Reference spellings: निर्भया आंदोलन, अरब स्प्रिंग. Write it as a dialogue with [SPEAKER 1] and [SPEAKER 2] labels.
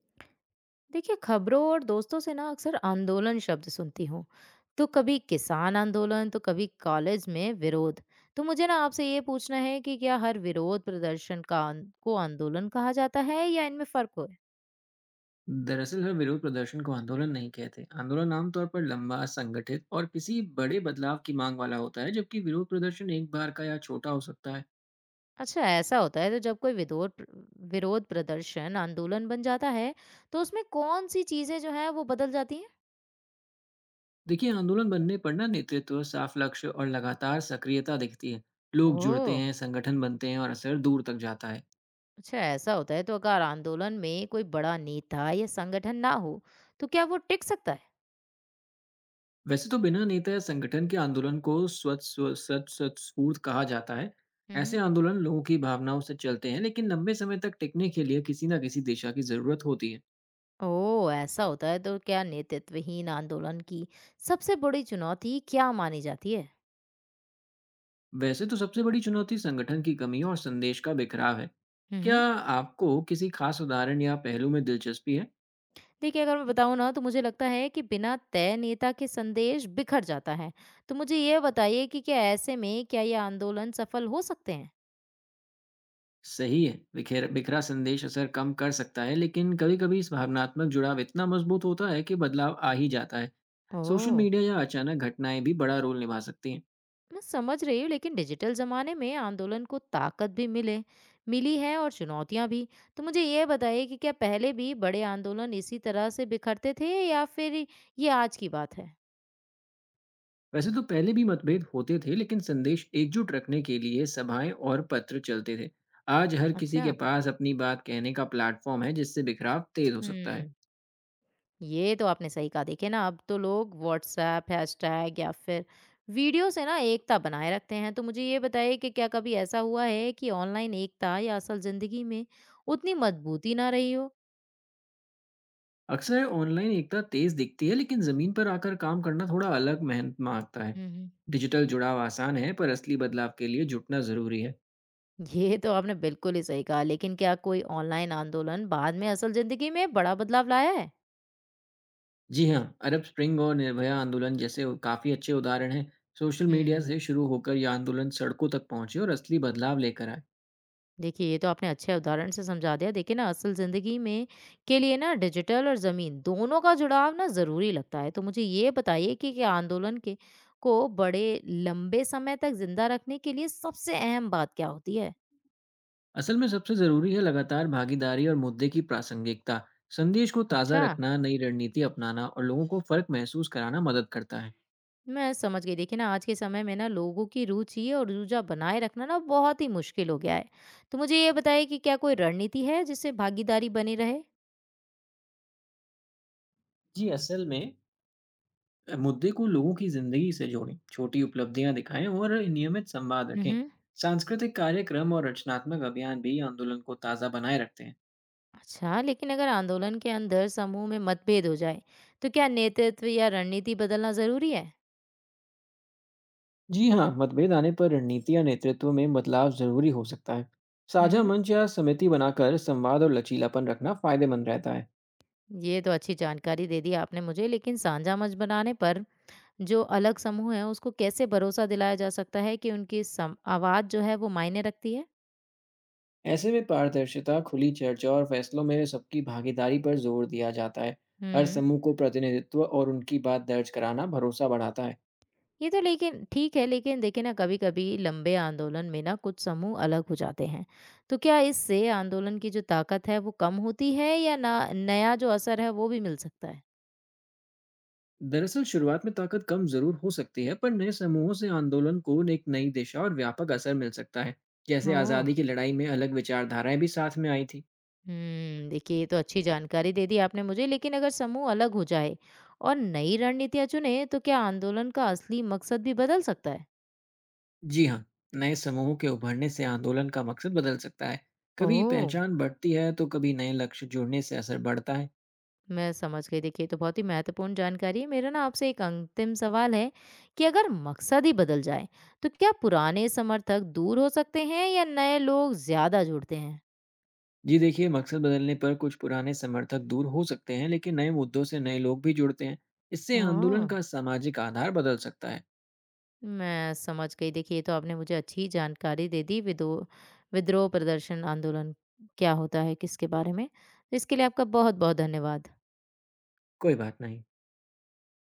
[SPEAKER 1] देखिए, खबरों और दोस्तों से ना अक्सर आंदोलन शब्द सुनती हूँ। तो कभी किसान आंदोलन तो कभी कॉलेज में विरोध। तो मुझे ना आपसे ये पूछना है कि क्या हर विरोध प्रदर्शन का को आंदोलन कहा जाता है या इनमें फर्क हो।
[SPEAKER 2] दरअसल हर विरोध प्रदर्शन को आंदोलन नहीं कहते। आंदोलन आमतौर पर लंबा, संगठित और किसी बड़े बदलाव की मांग वाला होता है, जबकि विरोध प्रदर्शन एक बार का या छोटा हो सकता है।
[SPEAKER 1] अच्छा, ऐसा होता है तो जब कोई विरोध विरोध प्रदर्शन आंदोलन बन जाता है तो उसमें कौन सी चीजें जो है वो बदल जाती हैं।
[SPEAKER 2] देखिए, आंदोलन बनने पर ना नेतृत्व, साफ लक्ष्य और लगातार सक्रियता दिखती है। लोग
[SPEAKER 1] ओह,
[SPEAKER 2] जुड़ते हैं, संगठन बनते हैं और असर दूर तक जाता है।
[SPEAKER 1] अच्छा ऐसा होता है तो अगर आंदोलन में कोई बड़ा नेता या संगठन ना हो तो क्या वो टिक सकता
[SPEAKER 2] वैसे तो बिना नेता या संगठन के आंदोलन को स्वत स्व- सत सत्स्फूर्त कहा जाता है। ऐसे
[SPEAKER 1] है?
[SPEAKER 2] आंदोलन लोगों की भावनाओं से चलते हैं, लेकिन लंबे समय तक टिकने के लिए किसी न किसी दिशा की जरूरत होती है।
[SPEAKER 1] ओह! ऐसा होता है तो क्या नेतृत्वहीन आंदोलन की सबसे बड़ी चुनौती क्या मानी जाती है?
[SPEAKER 2] वैसे तो सबसे बड़ी चुनौती संगठन की कमी और संदेश का बिखराव है।
[SPEAKER 1] हुँ, हुँ।
[SPEAKER 2] क्या आपको किसी खास उदाहरण या पहलू में दिलचस्पी है?
[SPEAKER 1] देखिए, अगर मैं बताऊँ ना तो मुझे लगता है कि बिना तय नेता के संदेश बिखर जाता है। तो मुझे ये बताइए कि क्या ऐसे में क्या ये आंदोलन सफल हो सकते हैं?
[SPEAKER 2] सही है, बिखेर बिखरा संदेश असर कम कर सकता है, लेकिन कभी कभी इस भावनात्मक जुड़ाव इतना मजबूत होता है कि बदलाव आ ही जाता है। सोशल
[SPEAKER 1] ओह!
[SPEAKER 2] मीडिया या अचानक घटनाएं भी बड़ा रोल निभा सकती हैं।
[SPEAKER 1] मैं समझ रही हूँ लेकिन डिजिटल ज़माने में आंदोलन को ताकत भी मिले मिली है और चुनौतियाँ भी। तो मुझे ये बताइए कि क्या पहले भी बड़े आंदोलन इसी तरह से बिखरते थे या फिर ये आज की बात है?
[SPEAKER 2] वैसे तो पहले भी मतभेद होते थे, लेकिन संदेश एकजुट रखने के लिए सभाएं और पत्र चलते थे। आज हर किसी के
[SPEAKER 1] अच्छा।
[SPEAKER 2] पास अपनी बात कहने का प्लेटफॉर्म है, जिससे बिखराव तेज हो सकता है।
[SPEAKER 1] हुँ। ये तो आपने सही कहा। देखिए ना अब तो लोग व्हाट्सएप, हैशटैग या फिर वीडियो से ना एकता बनाए रखते हैं। तो मुझे ये बताइए कि क्या कभी ऐसा हुआ है कि ऑनलाइन एकता या असल ज़िंदगी में उतनी मजबूती ना रही हो?
[SPEAKER 2] अक्सर ऑनलाइन एकता तेज दिखती है, लेकिन जमीन पर आकर काम करना थोड़ा अलग मेहनत मांगता है।
[SPEAKER 1] हुँ, हुँ।
[SPEAKER 2] डिजिटल जुड़ाव आसान है, पर असली बदलाव के लिए जुटना जरूरी है।
[SPEAKER 1] ये तो आपने बिल्कुल ही सही कहा। लेकिन क्या कोई ऑनलाइन आंदोलन बाद में असल ज़िंदगी में बड़ा बदलाव लाया है?
[SPEAKER 2] जी हाँ, अरब स्प्रिंग और निर्भया आंदोलन जैसे काफी अच्छे उदाहरण हैं। सोशल मीडिया से
[SPEAKER 1] हुँ।
[SPEAKER 2] शुरू होकर यह आंदोलन सड़कों तक पहुंचे और असली बदलाव लेकर आए।
[SPEAKER 1] देखिए, ये तो आपने अच्छे उदाहरण से समझा दिया। देखिए ना असल ज़िंदगी में के लिए ना डिजिटल और ज़मीन दोनों का जुड़ाव ना ज़रूरी लगता है। तो मुझे ये बताइए कि क्या आंदोलन के को बड़े लंबे समय तक ज़िंदा रखने के लिए सबसे अहम बात क्या होती है?
[SPEAKER 2] असल में सबसे जरूरी है लगातार भागीदारी और मुद्दे की प्रासंगिकता। संदेश को ताज़ा
[SPEAKER 1] अच्छा,
[SPEAKER 2] रखना, नई रणनीति अपनाना और लोगों को फर्क महसूस कराना मदद करता है।
[SPEAKER 1] मैं समझ गई। देखिए ना आज के समय में ना लोगों की रुचि और रुझान बनाए रखना ना बहुत ही मुश्किल हो गया है। तो मुझे ये बताइए कि क्या कोई रणनीति है जिससे भागीदारी बनी रहे?
[SPEAKER 2] जी, असल में मुद्दे को लोगों की जिंदगी से जोड़ें, छोटी उपलब्धियां दिखाएं और नियमित संवाद रखें।
[SPEAKER 1] हम्म।
[SPEAKER 2] सांस्कृतिक कार्यक्रम और रचनात्मक अभियान भी आंदोलन को ताज़ा बनाए रखते हैं।
[SPEAKER 1] अच्छा, लेकिन अगर आंदोलन के अंदर समूह में मतभेद हो जाए तो क्या नेतृत्व या रणनीति बदलना जरूरी है?
[SPEAKER 2] जी हाँ, मतभेद आने पर रणनीति या नेतृत्व में बदलाव जरूरी हो सकता है। साझा
[SPEAKER 1] हम्म।
[SPEAKER 2] मंच या समिति बनाकर संवाद और लचीलापन रखना फायदेमंद रहता है।
[SPEAKER 1] ये तो अच्छी जानकारी दे दी आपने मुझे, लेकिन साझा मंच बनाने पर जो अलग समूह है उसको कैसे भरोसा दिलाया जा सकता है कि उनकी आवाज जो है वो मायने रखती है?
[SPEAKER 2] ऐसे में पारदर्शिता, खुली चर्चा और फैसलों में सबकी भागीदारी पर जोर दिया जाता है। हर
[SPEAKER 1] हम्म।
[SPEAKER 2] समूह को प्रतिनिधित्व और उनकी बात दर्ज कराना भरोसा बढ़ाता है।
[SPEAKER 1] ये तो लेकिन ठीक है, लेकिन देखिए ना कभी कभी लंबे आंदोलन में ना कुछ समूह अलग हो जाते हैं, तो क्या इससे आंदोलन की जो ताकत है वो कम होती है या ना नया जो असर है वो भी मिल सकता है?
[SPEAKER 2] दरअसल शुरुआत में ताकत कम जरूर हो सकती है, पर नए समूहों से आंदोलन को एक नई दिशा और व्यापक असर मिल सकता है। जैसे
[SPEAKER 1] ओ।
[SPEAKER 2] आज़ादी की लड़ाई में अलग विचारधाराएं भी साथ में आई थी।
[SPEAKER 1] देखिए ये तो अच्छी जानकारी दे दी आपने मुझे, लेकिन अगर समूह अलग हो जाए और नई रणनीतियां चुने तो क्या आंदोलन का असली मकसद भी बदल सकता है?
[SPEAKER 2] जी हाँ, नए समूहों के उभरने से आंदोलन का मकसद बदल सकता है। कभी
[SPEAKER 1] ओह,
[SPEAKER 2] पहचान बढ़ती है तो कभी नए लक्ष्य जुड़ने से असर बढ़ता है।
[SPEAKER 1] मैं समझ गई। देखिए, ये तो बहुत ही महत्वपूर्ण जानकारी है। मेरा ना आपसे एक अंतिम सवाल है कि अगर मकसद ही बदल जाए तो क्या पुराने समर्थक दूर हो सकते हैं या नए लोग ज्यादा जुड़ते हैं?
[SPEAKER 2] जी देखिए, मकसद बदलने पर कुछ पुराने समर्थक दूर हो सकते हैं, लेकिन नए मुद्दों से नए लोग भी जुड़ते हैं। इससे आंदोलन
[SPEAKER 1] हाँ,
[SPEAKER 2] का सामाजिक आधार बदल सकता है।
[SPEAKER 1] मैं समझ गई। देखिए, ये तो आपने मुझे अच्छी जानकारी दे दी विदो विद्रोह प्रदर्शन आंदोलन क्या होता है, किसके बारे में। इसके लिए आपका बहुत-बहुत धन्यवाद।
[SPEAKER 2] कोई बात नहीं।